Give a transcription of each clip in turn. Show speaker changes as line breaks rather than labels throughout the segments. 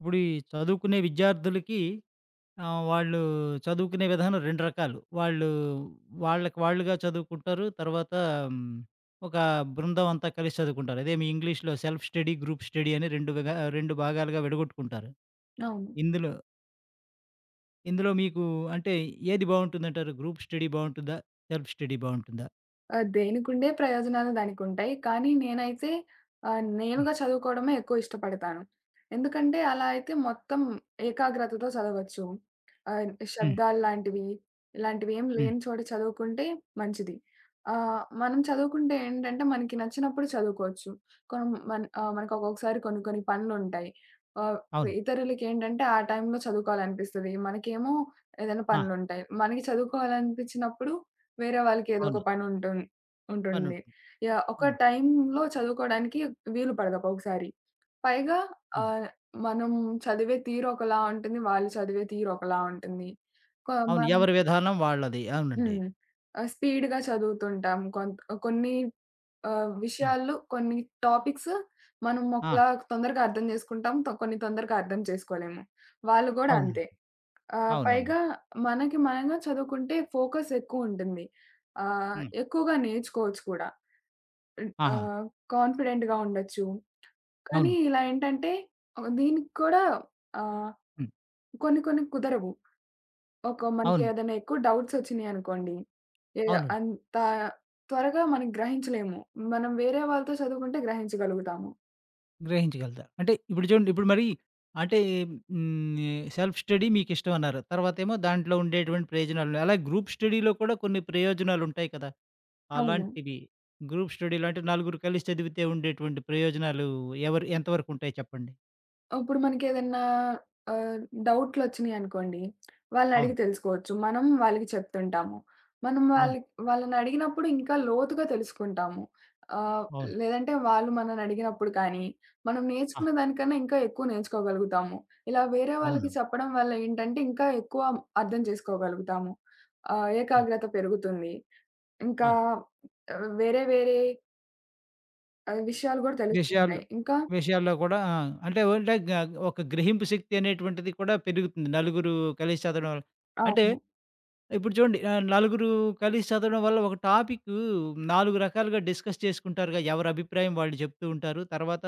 ఇప్పుడు ఈ చదువుకునే విద్యార్థులకి వాళ్ళు చదువుకునే విధానం 2 రకాలు. వాళ్ళకి వాళ్ళుగా చదువుకుంటారు. తర్వాత హ్మ్, ఒక బృందం అంతా కలిసి చదువుకుంటారు. అదే మీ ఇంగ్లీష్‌లో సెల్ఫ్ స్టడీ, గ్రూప్ స్టడీ అని 2 భాగాలుగా విడగొట్టుకుంటారు.
అవును.
ఇందులో ఇందులో మీకు అంటే ఏది బావుంటుందంటారు? గ్రూప్ స్టడీ బావుంటుందా? సెల్ఫ్ స్టడీ బావుంటుందా?
దేనికుండే ప్రయోజనాలు దానికుంటాయి. కానీ నేనైతే
హ్మ్.
నేనుగా చదువుకోవడమే ఎక్కువ ఇష్టపడతాను. ఎందుకంటే అలా అయితే మొత్తం ఏకాగ్రతతో చదవచ్చు.
హ్మ్.
శబ్దాలు లాంటివి, ఇలాంటివి ఏమి
హ్మ్.
లేని చోట చదువుకుంటే మంచిది. మనం చదువుకుంటే ఏంటంటే మనకి నచ్చినప్పుడు చదువుకోవచ్చు. మనకు ఒక్కొక్కసారి కొన్ని కొన్ని పనులుంటాయి. ఆహ్,
అవును.
ఇతరులకేంటంటే ఆ టైంలో చదువుకోవాలనిపిస్తది. మనకేమో ఏదైనా
ఆ!
పనులుంటాయి. మనకి చదువుకోవాలనిపించినప్పుడు వేరే వాళ్ళకి ఏదో ఒక
అవును.
పని ఉంటుంది.
పనుంటుంది.
యాహ్! ఒక
అవును.
టైంలో చదువుకోవడానికి వీలు పడదు ఒక్కొక్కసారి. పైగా
అవును.
ఆహ్, మనం చదివే తీరు ఒకలా ఉంటుంది. వాళ్ళు చదివే తీరు ఒకలా ఉంటుంది. కొ
అవును.
మనం
ఎవరి విధానం వాళ్ళది. అవునండి.
హ్మ్. స్పీడ్‌గా చదువుతుంటాం. కొన్ని
ఆ!
విషయాలు టాపిక్స్ మనం
ఆ!
ఒకలా తొందరగా అర్థం చేసుకుంటాం. కొన్ని తొందరగా అర్థం చేసుకోలేము. వాళ్ళు గూడా అంతే.
అవునండి. అవునవును.
పైగా మనకి మనంగా చదువుకుంటే ఫోకస్ ఎక్కువుంటుంది.
హ్మ్.
ఎక్కువగా నేర్చుకోవచ్చు కూడా. హ్మ్.
ఆహా!
ఆహ్, కాన్ఫిడెంట్‌గా ఉండొచ్చు.
అవును.
కానీ ఇలా ఏంటంటే దీనికి కూడా ఆహ్,
హ్మ్.
కొన్ని కొన్ని కుదరవు. మనకి
అవును.
ఏదైనా ఎక్కువ డౌట్స్ వచ్చినాయనుకోండి, ఏ
అవునండి.
అంత త్వరగా మనం గ్రహించలేము. మనం వేరే వాళ్ళతో చదువుకుంటే గ్రహించగలుగుతాము.
గ్రహించగలుగుతారు. అంటే ఇప్పుడు చూడండి, ఇప్పుడు మరి అంటే హ్మ్, సెల్ఫ్ స్టడీ మీకిష్టం అన్నారు. తర్వాతేమో దాంట్లో ఉండేటువంటి ప్రయోజనాలు. అలాగే గ్రూప్ స్టడీలో కూడా కొన్ని ప్రయోజనాలుంటాయి కదా!
అవును.
అలాంటివి గ్రూప్ స్టడీలో అంటే నలుగురు కలిసి చదివితే ఉండేటువంటి ప్రయోజనాలు ఎవరు ఎంతవరకుంటాయి చెప్పండి?
ఇప్పుడు మనకేదన్నా ఆహ్, డౌట్‌లొచ్చినియనుకోండి, వాళ్ళనడిగి
అవును.
తెలుసుకోవచ్చు. మనం వాళ్ళకి చెప్తుంటాము. మనం
అవును.
వాళ్ళనడిగినప్పుడు ఇంకా లోతుగా తెలుసుకుంటాము. ఆహ్,
అవును.
లేదంటే వాళ్ళు మననడిగినప్పుడు కానీ, మనం
ఆ!
నేర్చుకున్న దానికన్నా ఇంకా ఎక్కువ నేర్చుకోగలుగుతాము. ఇలా వేరే వాళ్ళకి
అవును.
చెప్పడం వల్ల ఏంటంటే, ఇంకా ఎక్కువ అర్థం చేసుకోగలుగుతాము.
అవును.
ఏకాగ్రత పెరుగుతుంది. ఇంకా
అవును.
ఆ, వేరే వేరే విషయాలు గూడా
విషయాల్లో
తెలుస్తుంటాయి. ఇంకా
విషయాల్లో కూడా ఆ! అంటే ఓ అంటే గ ఒక గ్రహింపు శక్తి అనేటువంటిది కూడా పెరుగుతుంది. నలుగురు కలిసి చదవడం వల్ల. అంటే
అవును.
ఇప్పుడు చూడండి, నలుగురు కలిసి చదవడం వల్ల ఒక టాపికు 4 రకాలుగా డిస్కస్ చేసుకుంటారుగా. ఎవరి అభిప్రాయం వాళ్ళు చెప్తూ ఉంటారు. తర్వాత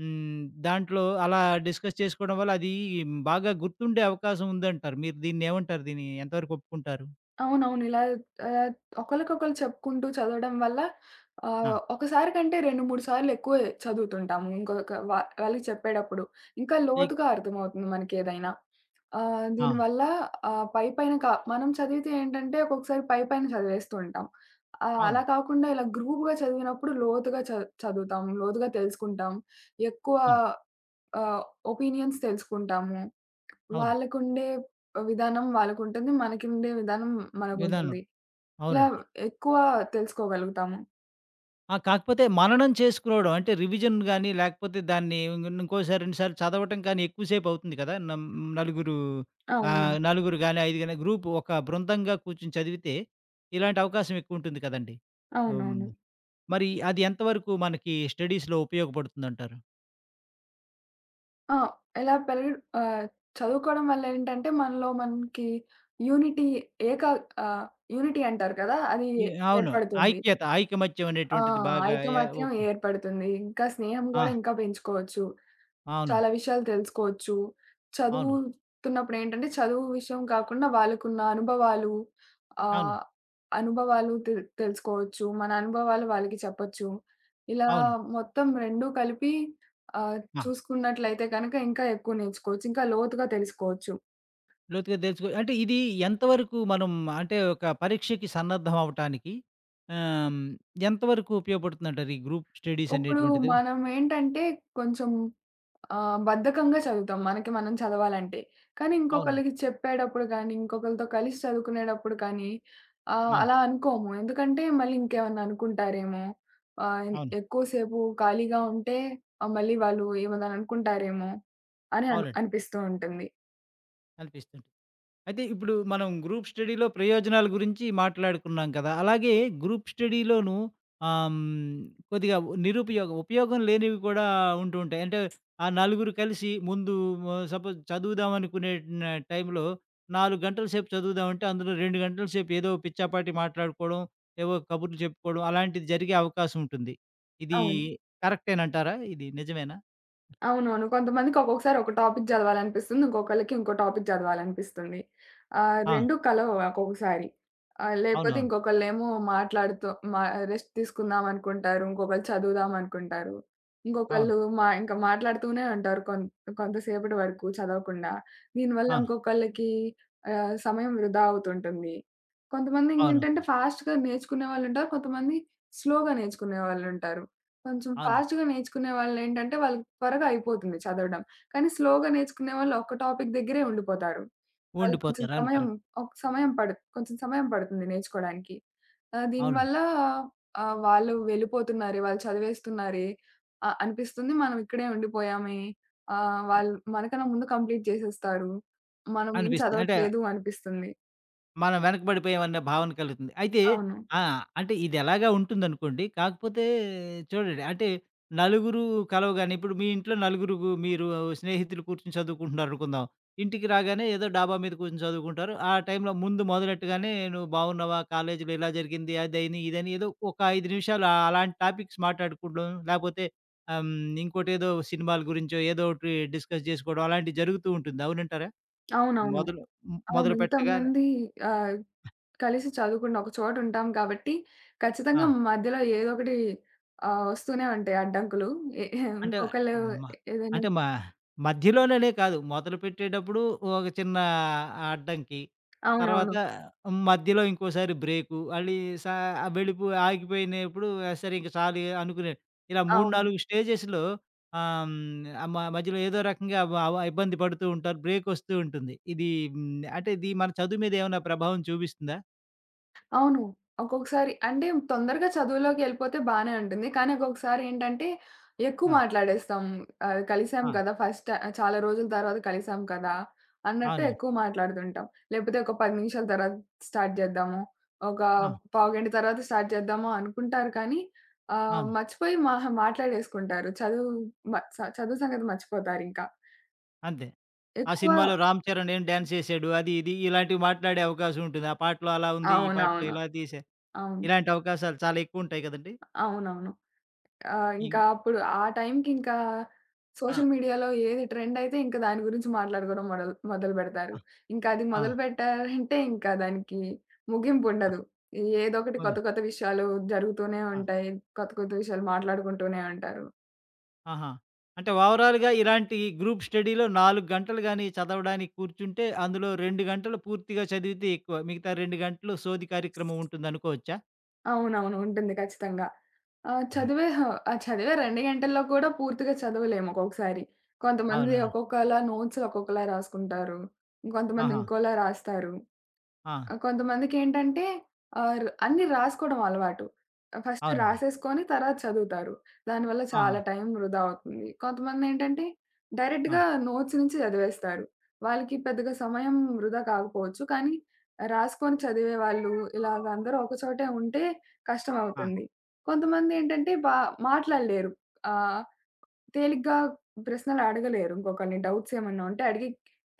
హ్మ్. దాంట్లో అలా డిస్కస్ చేసుకోవడం వల్ల అది బాగా గుర్తుండే అవకాశం ఉందంటారు. మీరు దీన్నేమంటారు? దీన్ని ఎంతవరకు ఒప్పుకుంటారు?
అవునవును. ఇలా ఆహ్, ఒకళ్ళకొకళ్ళు చెప్పుకుంటూ చదవడం వల్ల
ఆ!
ఒకసారి కంటే 2, 3 సార్లు ఎక్కువే చదువుతుంటాము. ఇంకొక వ వాళ్ళకి చెప్పేటప్పుడు. ఇంకా
ఎక్
లోతుగా అర్థమవుతుంది మనకేదైనా.
ఆ!
దీనివల్ల ఆహ్, పైపైన క మనం చదివితే ఏంటంటే ఒక్కొక్కసారి పైపైన చదివేస్తూ ఉంటాం.
అవును.
అలా కాకుండా ఇలా గ్రూప్‌గా చదివినప్పుడు లోతుగా చదువుతాం. లోతుగా తెలుసుకుంటాం. ఎక్కువ
అవును.
ఆహ్, ఒపీనియన్స్ తెలుసుకుంటాము.
అవును.
వాళ్ళకుండే విధానం వాళ్ళకుంటుంది. మనకుండే విధానం
విధానం.
మనకుంటుంది. ఇలా
అవునండి.
ఎక్కువ తెలుసుకోగలుగుతాము.
ఆ! కాకపోతే మననం చేసుకురావడం అంటే రివిజన్ గాని, లేకపోతే దాన్ని ఇంకోసారి, రెండుసార్లు చదవటం కానీ ఎక్కువ సేపవుతుంది కదా! నలుగురు,
అవును.
నలుగురు గాని, 5 గాని గ్రూప్ ఒక బృందంగా కూర్చొని చదివితే ఇలాంటి అవకాశం ఎక్కువుంటుంది కదండీ! హ్మ్.
అవునవును.
మరి అది ఎంతవరకు మనకి స్టడీస్‌లో ఉపయోగపడుతుందంటారు?
ఆ! ఇలా ఆహ్, చదువుకోవడం వల్ల ఏంటంటే మనలో మనకి యూనిటీ ఏక ఆహ్, యూనిటీ అంటారు కదా! అది
ఈ అవును.
ఏర్పడుతుంది.
ఐక్యత, ఐకమత్యం
ఆ!
అనేటువంటిది బాగా య
ఐకమత్యం
ఓకే.
ఏర్పడుతుంది. ఇంకా స్నేహం
ఆ!
గూడా ఇంకా పెంచుకోవచ్చు.
అవును.
చాలా విషయాలు తెలుసుకోవచ్చు.
అవును.
చదువుతున్నప్పుడు ఏంటంటే, చదువు విషయం కాకుండా వాళ్ళకున్న అనుభవాలు
అవును.
ఆహ్, అనుభవాలు తెల్ తెలుసుకోవచ్చు. మన అనుభవాలు వాళ్ళకి చెప్పొచ్చు. ఇలా
అవును. అవును.
మొత్తం 2 కలిపి ఆహ్,
ఆ!
చూసుకున్నట్లయితే గనక ఇంకా ఎక్కువ నేర్చుకోవచ్చు. ఇంకా లోతుగా తెలుసుకోవచ్చు.
లోతుగా తెలుసుకో అంటే ఇది ఎంతవరకు మనం అంటే ఒక పరీక్షకి సన్నద్ధం అవ్వటానికి ఆహ్, ఎంతవరకు ఉపయోగపడుతుందంటారు? ఈ గ్రూప్ స్టడీస్
ఇప్పుడు
అనేటువంటిది?
మనం ఏంటంటే కొంచెం ఆ! బద్ధకంగా చదువుతాం. మనకి మనం చదవాలంటే. కానీ
అవును.
ఇంకొకళ్ళకి చెప్పేటప్పుడు కానీ, ఇంకొకళ్ళతో కలిసి చదువుకునేటప్పుడు కానీ
అవును.
అలా అనుకోము. ఎందుకంటే మళ్ళీ ఇంకేమన్నా అనుకుంటారేమో! ఆహ్,
అవును.
ఎక్కువసేపు ఖాళీగా ఉంటే మళ్ళీ వాళ్ళు ఏమన్నా అనుకుంటారేమో! అని
అవునండి.
అనిపిస్తూ ఉంటుంది.
అనిపిస్తుంది. అయితే ఇప్పుడు మనం గ్రూప్ స్టడీలో ప్రయోజనాల గురించి మాట్లాడుకున్నాం కదా! అలాగే గ్రూప్ స్టడీలోను ఆహ్, హ్మ్, కొద్దిగా ఉపయోగం లేనివి కూడా ఉంటూ ఉంటాయి. అంటే ఆ నలుగురు కలిసి ముందు సపోజ్ చదువుదాం అనుకునే న టైంలో 4 గంటల సేపు చదువుదామంటే అందులో 2 గంటల సేపు ఏదో పిచ్చాపాటి మాట్లాడుకోవడం, ఏవో కబుర్లు చెప్పుకోవడం అలాంటిది జరిగే అవకాశం ఉంటుంది. ఇది
అవును.
కరెక్టేనంటారా? ఇది నిజమేనా?
అవునవును. కొంతమందికి ఒక్కొక్కసారి ఒక టాపిక్ చదవాలనిపిస్తుంది. ఇంకొకళ్ళకి ఇంకో టాపిక్ చదవాలనిపిస్తుంది.
ఆ!
2 కలవవు ఒక్కొక్కసారి. లేపోతే
అవునవును.
ఇంకొకళ్ళేమో మాట్లాడుతూ మా రెస్ట్ తీసుకుందాం అనుకుంటారు. ఇంకొకళ్ళు చదువుదాం అనుకుంటారు.
అవును.
ఇంకొకళ్ళు ఇంకా మాట్లాడుతూనే ఉంటారు కొంతసేపటి వరకు చదవకుండా. దీనివల్ల
అవును.
ఇంకొకళ్ళకి సమయం వృధా అవుతుంటుంది. కొంతమంది
అవునవును.
ఏంటంటే
అవును.
ఫాస్ట్‌గా నేర్చుకునే వాళ్ళుంటారు. కొంతమంది స్లోగా నేర్చుకునే వాళ్ళుంటారు. కొంచెం
అవును. అవును.
ఫాస్ట్‌గా నేర్చుకునే వాళ్ళేంటంటే, వాళ్ళకి త్వరగా అయిపోతుంది చదవడం. కానీ స్లోగా నేర్చుకునే వాళ్ళు ఒక్క టాపిక్ దగ్గరే ఉండిపోతారు. వాళ్ళకి
ఉండిపోతారు. అవును. కరెక్ట్.
కొంచెం సమయం పడుతుంది నేర్చుకోడానికి.
అవును.
దీనివల్ల వాళ్ళు వెళ్ళిపోతున్నారే, వాళ్ళు చదివేస్తున్నారే అనిపిస్తుంది. మనం ఇక్కడే ఉండిపోయామే. వాళ్ళు మనకన్నా ముందు కంప్లీట్ చేసేస్తారు. మనం ఏం
అనిపిస్తుంది. అంటే
చదవట్లేదు అనిపిస్తుంది.
మనం వెనకబడిపోయామన్న భావన కలుగుతుంది. అయితే
అవును.
ఆ! అంటే ఇదెలాగా ఉంటుందనుకోండి. కాకపోతే చూడండి, అంటే నలుగురు కలవగానే, ఇప్పుడు మీ ఇంట్లో నలుగురు మీరు స్నేహితులు కూర్చొని చదువుకుంటున్నారనుకుందాం. ఇంటికి రాగానే ఏదో డాబా మీద కూర్చొని చదువుకుంటారు. ఆ టైంలో ముందు మొదలెట్టగానే, "నువ్వు బాగున్నావా? కాలేజీలో ఇలా జరిగింది. అదని, ఇదని", ఏదో ఒక 5 నిమిషాలు అలాంటి టాపిక్స్ మాట్లాడుకోవడం, లేకపోతే ఇంకోటేదో సినిమాల గురించో ఏదో ఒకటి డిస్కస్ చేసుకోవడం అలాంటివి జరుగుతూ ఉంటుంది. అవునంటారా?
అవునవును.
మొదలు
అవును.
మొదలు పెట్టగా
ఇంతమంది ఆహ్ కలిసి చదువుకుని ఒక చోట ఉంటాం కాబట్టి,
ఆ!
ఖచ్చితంగా మధ్యలో ఏదో ఒకటి వస్తూనే ఉంటాయి అడ్డంకులు. ఎ
అంటే
ఇంకొకళ్ళు
అమ్మ
ఏదైనా
అంటే మ మధ్యలోననే కాదు. మొదలుపెట్టేటప్పుడు ఒక చిన్న అడ్డంకి. తర్వాత
అవునవును.
మధ్యలో ఇంకోసారి బ్రేకు. మళ్ళీ సా వెళ్ళిపో ఆగిపోయినప్పుడు "ఆ! సరే ఇంక చాలు" అనుకునే, ఇలా 3,
అవును.
4 స్టేజెస్‌లో ఆహ్, హ్మ్, ఆహ్, మ మధ్యలో ఏదో రకంగా వ వ ఇబ్బంది పడుతూ ఉంటారు. బ్రేక్ వస్తూ ఉంటుంది. ఇది హ్మ్, అంటే ఇది మన చదువు మీద ఏమైనా ప్రభావం చూపిస్తుందా?
అవును. ఒక్కొక్కసారి అంటే తొందరగా చదువులోకెళ్ళిపోతే బానే ఉంటుంది. కానీ ఒక్కొక్కసారి ఏంటంటే ఎక్కువ
ఆ!
మాట్లాడేస్తాం. కలిసాం
ఆ!
కదా! ఫస్ట్ ట చాలా రోజుల తర్వాత కలిసాం కదా! అన్నట్టు
అవునవును.
ఎక్కువ మాట్లాడుతుంటాం. లేకపోతే ఒక 10 నిమిషాల తర్వాత స్టార్ట్ చేద్దాము. ఒక
ఆ!
పావుగంట తర్వాత స్టార్ట్ చేద్దాము అనుకుంటారు కానీ
అవును.
మర్చిపోయి మహా మాట్లాడేసుకుంటారు. చదువు సంగతి మర్చిపోతారింకా.
అంతే. ఆ
ఎక్కువ
సినిమాలో 'రామ్ చరణ్' ఏం డాన్స్ చేసాడు, అది, ఇది ఇలాంటివి మాట్లాడే అవకాశం ఉంటుంది. ఆ పాటలో అలా ఉంది. ఈ పాటలో
అవునవును.
ఇలా తీశారు.
అవును.
ఇలాంటి అవకాశాలు చాలా ఎక్కువుంటాయి కదండీ!
అవునవును. ఆ!
ఇన్
ఇంకా అప్పుడు ఆ టైంకి ఇంకా
ఆ!
సోషల్ మీడియాలో ఏది ట్రెండ్ అయితే ఇంకా దాని గురించి మాట్లాడుకోవడం మొదలుపెడతారు.
ఆ!
ఇంకా అది
ఆ!
మొదలుపెట్టారంటే ఇంకా దానికి
ఆ!
ముగింపుండదు. ఏదోకటి
ఓహ్!
కొత్త కొత్త విషయాలు జరుగుతూనే
ఆ!
ఉంటాయి. కొత్త కొత్త విషయాలు మాట్లాడుకుంటూనే ఉంటారు.
ఆహా! అంటే ఓవరాల్‌గా ఇలాంటి గ్రూప్ స్టడీలో 4 గంటలు గాని చదవడానికి కూర్చుంటే, అందులో 2 గంటలు పూర్తిగా చదివితే ఎక్కువ. మిగతా 2 గంటలు సోది కార్యక్రమం ఉంటుందనుకోవచ్చా?
అవునవును. ఉంటుంది ఖచ్చితంగా. ఆహ్, చదివే హ ఆహ్, చదివే 2 గంటల్లో కూడా పూర్తిగా చదవలేము ఒక్కొక్కసారి. కొంతమంది
అవునా?
ఒక్కొక్కలా నోట్స్‌లు ఒక్కొక్కలా రాసుకుంటారు. ఇంకొంతమంది
ఆహా!
ఇంకోలా రాస్తారు.
ఆ!
ఆ! కొంతమందికేంటంటే ఆహ్, ర్ అన్నీ రాసుకోవడం అలవాటు. ఫస్ట్
అవునండి.
రాసేసుకొని తర్వాత చదువుతారు. దానివల్ల
ఆహా!
చాలా టైం వృధా అవుతుంది. కొంతమందేంటంటే
ఆ!
డైరెక్ట్‌గా నోట్స్ నుంచి చదివేస్తారు. వాళ్ళకి పెద్దగా సమయం వృధా కాకపోవచ్చు. కానీ రాసుకొని చదివే వాళ్ళు ఇలాగ అందరూ ఒక చోటే ఉంటే
ఆ!
కష్టమవుతుంది. కొంతమందేంటంటే మాట్లాడలేరు. ఆహ్, తేలిగ్గా ప్రశ్నలు అడగలేరు. ఇంకొకళ్ళని డౌట్స్ ఏమన్నా ఉంటే అడిగి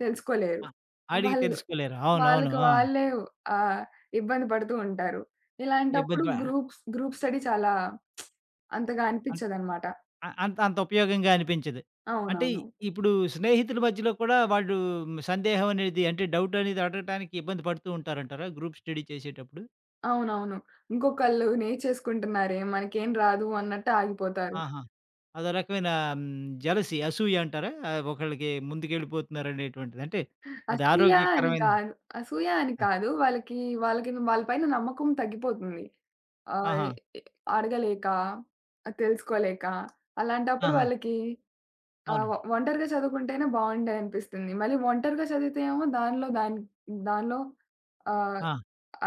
తెలుసుకోలేరు.
ఆ! అడిగి
వాళ్ళు
తెలుసుకోలేరు. అవునవును.
వాళ్ళకి
ఆ!
వాళ్ళే ఆహ్, ఇబ్బంది పడుతూ ఉంటారు. ఇలాంటప్పుడు
ఇబ్బంది ప
గ్రూప్ స్టడీ చాలా అంతగా అనిపిచ్చదనమాట.
అ అంత అంత ఉపయోగంగా అనిపించదు. అంటే
అవునవును.
ఇప్పుడు స్నేహితుల మధ్యలో కూడా వాళ్ళు సందేహం అనేది, అంటే డౌట్ అనేది అడగటానికి ఇబ్బంది పడుతూ ఉంటారంటారా గ్రూప్ స్టడీ చేసేటప్పుడు?
అవునవును. ఇంకొకళ్ళు నేర్చేసుకుంటున్నారే మనకేం రాదు అన్నట్టు ఆగిపోతారు.
ఆహా! అదో రకమైన హ్మ్. జెలసీ, అసూయ అంటారా? ఒకళ్ళకి ముందుకెళ్ళిపోతున్నారనేటువంటిది. అంటే అది
అసూయ అని
ఆరోగ్యకరమైన
కాదు, అసూయ అని కాదు. వాళ్ళకి వాళ్ళకి వాళ్ళ పైన నమ్మకం తగ్గిపోతుంది. ఆహ్,
ఆహా!
ఎ అడగలేక, తెలుసుకోలేక అలాంటప్పుడు
ఆహా!
వాళ్ళకి ఆ!
అవునండి.
ఒంటరిగా చదువుకుంటేనే బావుండేదనిపిస్తుంది. మళ్ళీ ఒంటరిగా చదివితే ఏమో దానిలో ఆహ్,
ఆ!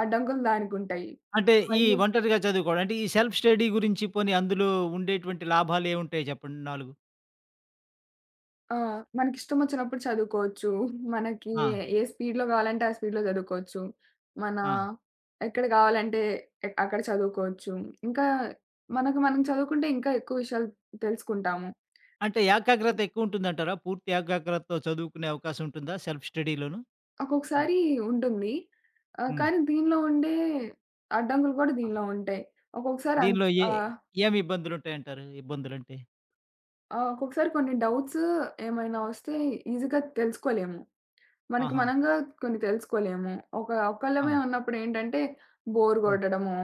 అడ్డంకులు దానికుంటాయి.
అంటే ఈ
మళ్ళీ
ఒంటరిగా చదువుకోవడం, అంటే ఈ సెల్ఫ్ స్టడీ గురించి పోనీ అందులో ఉండేటువంటి లాభాలేవుంటాయో చెప్పండి 4?
ఆ! మనకిష్టమొచ్చినప్పుడు చదువుకోవచ్చు. మనకి
ఆ!
ఏ స్పీడ్‌లో కావాలంటే ఆ స్పీడ్‌లో చదువుకోవచ్చు. మన
ఆ!
ఎక్కడ కావాలంటే అక్కడ చదువుకోవచ్చు. ఇంకా మనకు మనం చదువుకుంటే ఇంకా ఎక్కువ విషయాలు తెలుసుకుంటాము.
అంటే ఏకాగ్రత ఎక్కువుంటుందంటారా? పూర్తి ఏకాగ్రతతో చదువుకునే అవకాశం ఉంటుందా సెల్ఫ్ స్టడీలోను? హ్మ్.
ఒక్కొక్కసారి ఉంటుంది.
హ్మ్.
కానీ దీనిలో ఉండే అడ్డంకులు కూడా
ఆ!
దీనిలో ఉంటాయి. ఒక్కొక్కసారి అన్
దీనిలో ఏ
ఆ!
ఏమి ఇబ్బందులుంటాయంటారు? ఇబ్బందులంటే?
ఆ! ఒక్కొక్కసారి కొన్ని డౌట్స్ ఏమైనా వస్తే ఈజీగా తెలుసుకోలేము. మనకి
ఆహా!
మనంగా కొన్ని తెలుసుకోలేము.
ఆ!
ఒక్కళ్ళమే ఉన్నప్పుడేంటంటే బోర్
హ్మ్.
గొట్టడము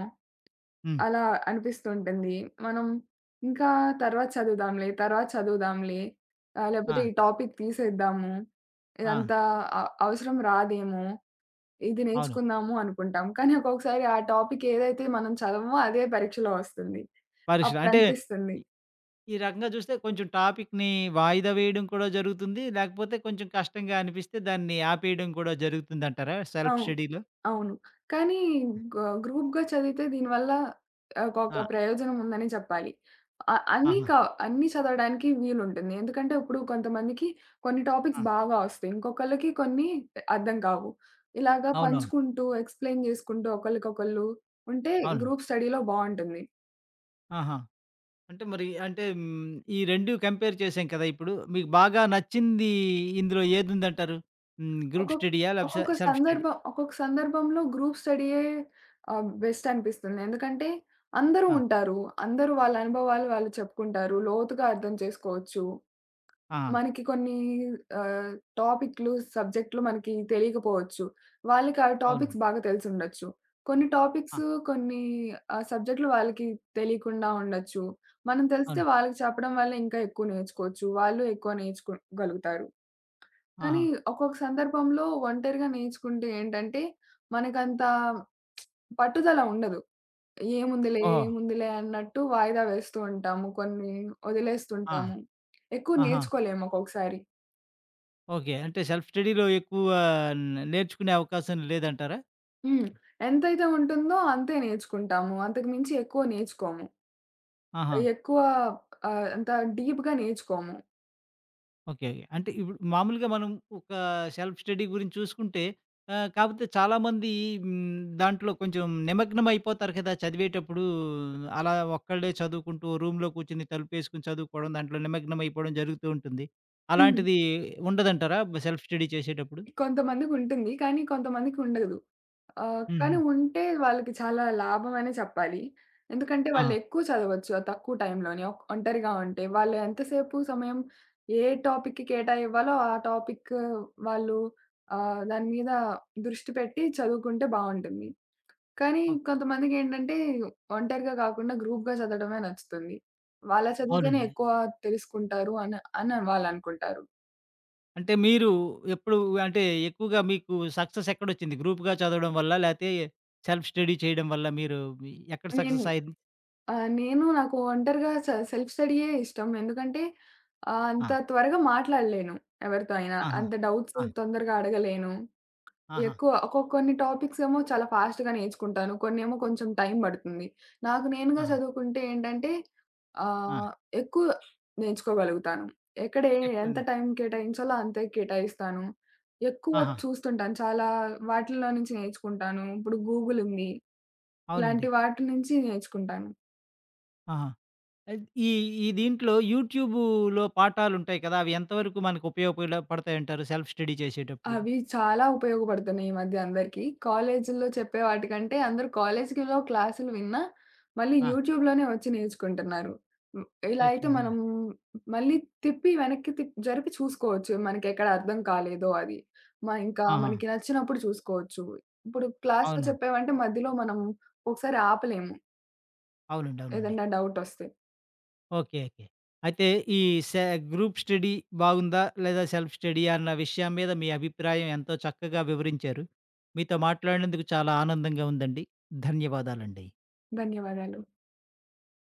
హ్మ్.
అలా అనిపిస్తుంటుంది. మనం ఇంకా తర్వాత చదువుదాంలే లేకపోతే
ఆ!
ఈ టాపిక్ తీసేద్దాము.
ఆ!
ఇదంతా అ అవసరం రాదేమో! ఇది
అవును.
నేర్చుకుందాము అనుకుంటాం. కానీ ఒక్కొక్కసారి ఆ టాపిక్ ఏదైతే మనం చదవమో అదే పరీక్షలో వస్తుంది.
పరీక్షలు అంటే
అప్పుడనిపిస్తుంది.
ఈ ఈ రకంగా చూస్తే కొంచెం టాపిక్‌ని వాయిదా వేయడం కూడా జరుగుతుంది. లేకపోతే కొంచెం కష్టంగా అనిపిస్తే దాన్ని ఆపేయడం కూడా జరుగుతుందంటారా సెల్ఫ్
అవును.
స్టడీలో?
అవును. కానీ గ గ్రూప్‌గా చదివితే దీనివల్ల ఒక
ఆ!
ప్రయోజనం ఉందని చెప్పాలి. అ అన్నీ
ఆహా!
క అన్నీ చదవడానికి వీలుంటుంది. ఎందుకంటే ఇప్పుడు కొంతమందికి కొన్ని
ఆ!
టాపిక్స్ బాగా వస్తాయి. ఇంకొకళ్ళకి కొన్ని అర్థం కావు. ఇలాగా
అవునవును.
పంచుకుంటూ, ఎక్స్‌ప్లెయిన్ చేసుకుంటూ ఒకళ్ళకొకళ్ళు ఉంటే
అవును.
గ్రూప్ స్టడీ‌లో బావుంటుంది.
ఆహా! అంటే మరి అంటే ఈ 2 కంపేర్ చేసాం కదా! ఇప్పుడు మీకు బాగా నచ్చింది ఇందులో ఏదుందంటారు? హ్మ్. గ్రూప్
ఒక్కొక్క
స్టడీయా? లేకపోతే
ఒక్కొక్క
సెల్ఫ్ స్టడీ?
సందర్భం ఒక్కొక్క సందర్భంలో గ్రూప్ స్టడీయే బెస్ట్ అనిపిస్తుంది. ఎందుకంటే అందరూ
ఆ!
ఉంటారు. అందరూ వాళ్ళ అనుభవాలు వాళ్ళు చెప్పుకుంటారు. లోతుగా అర్థం చేసుకోవచ్చు.
ఆ!
మనకి కొన్ని ఆహ్, టాపిక్‌లు, సబ్జెక్ట్‌లు మనకి తెలియకపోవచ్చు. వాళ్ళకి ఆ
అవును.
టాపిక్స్ బాగా తెలిసుండొచ్చు. కొన్ని
ఆ!
టాపిక్స్, కొన్ని సబ్జెక్ట్‌లు వాళ్ళకి తెలియకుండా ఉండొచ్చు. మనం తెలిస్తే
అవును.
వాళ్ళకి చెప్పడం వల్ల ఇంకా ఎక్కువ నేర్చుకోవచ్చు. వాళ్ళు ఎక్కువ నేర్చుకోగలుగుతారు.
ఆహా!
కానీ ఒక్కొక్క సందర్భంలో ఒంటరిగా నేర్చుకుంటే ఏంటంటే, మనకంత పట్టుదల ఉండదు. ఏముందిలే,
ఓహో!
ఏముందిలే అన్నట్టు వాయిదా వేస్తూ ఉంటాము. కొన్ని
ఆ!
వదిలేస్తుంటాము. ఎక్కువ
ఆహా!
నేర్చుకోలేము ఒక్కొక్కసారి.
ఓకే. అంటే సెల్ఫ్ స్టడీలో ఎక్కువ నేర్చుకునే అవకాశం లేదంటారా?
హ్మ్. ఎంతైతే ఉంటుందో అంతే నేర్చుకుంటాము. అంతకు మించి ఎక్కువ నేర్చుకోము.
ఆహా!
ఎక్కువ అంత డీప్‌గా నేర్చుకోము.
ఓకే. ఓకే. అంటే ఇప్పుడు మామూలుగా మనం ఒక సెల్ఫ్ స్టడీ గురించి చూసుకుంటే కాకపోతే చాలామంది దాంట్లో కొంచెం నిమగ్నం అయిపోతారు కదా! చదివేటప్పుడు అలా ఒక్కళ్ళే చదువుకుంటూ రూమ్‌లో కూర్చొని తలుపేసుకొని చదువుకోవడం, దాంట్లో నిమగ్నం అయిపోవడం జరుగుతూ ఉంటుంది.
హ్మ్.
అలాంటిది ఉండదంటారా సెల్ఫ్ స్టడీ చేసేటప్పుడు?
కొంతమందికుంటుంది. కానీ కొంతమందికి ఉండదు.
హుహు.
కానీ ఉంటే వాళ్ళకి చాలా లాభం అనే చెప్పాలి. ఎందుకంటే
ఆహా!
వాళ్ళెక్కువ చదవచ్చు ఆ తక్కువ టైంలోనే. ఒంటరిగా ఉంటే. వాళ్ళు ఎంతసేపు సమయం ఏ టాపిక్‌కి కేటాయివ్వాలో ఆ టాపిక్ వాళ్ళు దాని మీద దృష్టి పెట్టి చదువుకుంటే బావుంటుంది. కానీ
ఓకే.
కొంతమందికేంటంటే ఒంటరిగా కాకుండా గ్రూప్‌గా చదవడమే నచ్చుతుంది. వాళ్ళ చదివితేనే
అవునండి.
ఎక్కువ తెలుసుకుంటారు అని అని వాళ్ళనుకుంటారు.
అంటే మీరు ఎప్పుడు అంటే ఎక్కువగా మీకు సక్సెస్ ఎక్కడొచ్చింది? గ్రూప్‌గా చదవడం వల్లా? లేతే సెల్ఫ్ స్టడీ చేయడం వల్ల మీరు ఎక్కడ
నేను
సక్సెస్ అయింది?
ఆ! నేను నాకు ఒంటరిగా సెల్ఫ్ స్టడీయే ఇష్టం. ఎందుకంటే
ఆ!
అంత త్వరగా మాట్లాడలేను ఎవరితో అయినా.
ఆహా!
అంత డౌట్స్
ఆ!
తొందరగా అడగలేను.
ఆహా!
ఎక్కువ ఒకొ కొన్ని టాపిక్స్ ఏమో చాలా ఫాస్ట్‌గా నేర్చుకుంటాను. కొన్నేమో కొంచెం టైం పడుతుంది. నాకు నేనుగా
ఆహా!
చదువుకుంటే ఏంటంటే
ఆ!
ఆహ్, ఎక్కువ నేర్చుకోగలుగుతాను. ఎక్కడ ఏ ఎంత
చెప్పండి.
టైం కేటాయించాలో అంతే కేటాయిస్తాను. ఎక్కువ
ఆహా!
చూస్తుంటాను. చాలా వాటిల్లో నుంచి నేర్చుకుంటాను. ఇప్పుడు గూగుల్ ఉంది.
అవునండి.
ఇలాంటి వాటి నుంచి నేర్చుకుంటాను.
ఆహా! ఈ ఈ దీంట్లో యూట్యూబులో పాఠాలుంటాయి కదా! అవి ఎంతవరకు మనకు పడతాయంటారు సెల్ఫ్ స్టడీ చేసేటప్పుడు?
అవి చాలా ఉపయోగపడుతున్నాయి ఈ మధ్య అందరికీ. కాలేజీల్లో చెప్పే వాటికంటే అందరూ కాలేజీలో క్లాసులు విన్నా, మళ్ళీ
ఆ!
యూట్యూబ్‌లోనే వచ్చి నేర్చుకుంటున్నారు. హ్మ్. ఇలా అయితే
నేర్చుకుంటున్నా.
మనం మళ్ళీ వెనక్కి జరిపి చూసుకోవచ్చు. మనకెక్కడ అర్థం కాలేదో అది. ఇంకా
ఆహా!
మనకి నచ్చినప్పుడు చూసుకోవచ్చు. ఇప్పుడు క్లాస్‌లో
అవును.
చెప్పేవంటే మధ్యలో మనం ఒకసారి ఆపలేము.
అవునండి. అవునండి.
ఏదన్నా డౌటొస్తే.
ఓకే. ఓకే. అయితే ఈ సె గ్రూప్ స్టడీ బాగుందా? లేదా సెల్ఫ్ స్టడీయా? అన్న విషయం మీద మీ అభిప్రాయం ఎంతో చక్కగా వివరించారు. మీతో మాట్లాడినందుకు చాలా ఆనందంగా ఉందండి. ధన్యవాదాలండి.
ధన్యవాదాలు.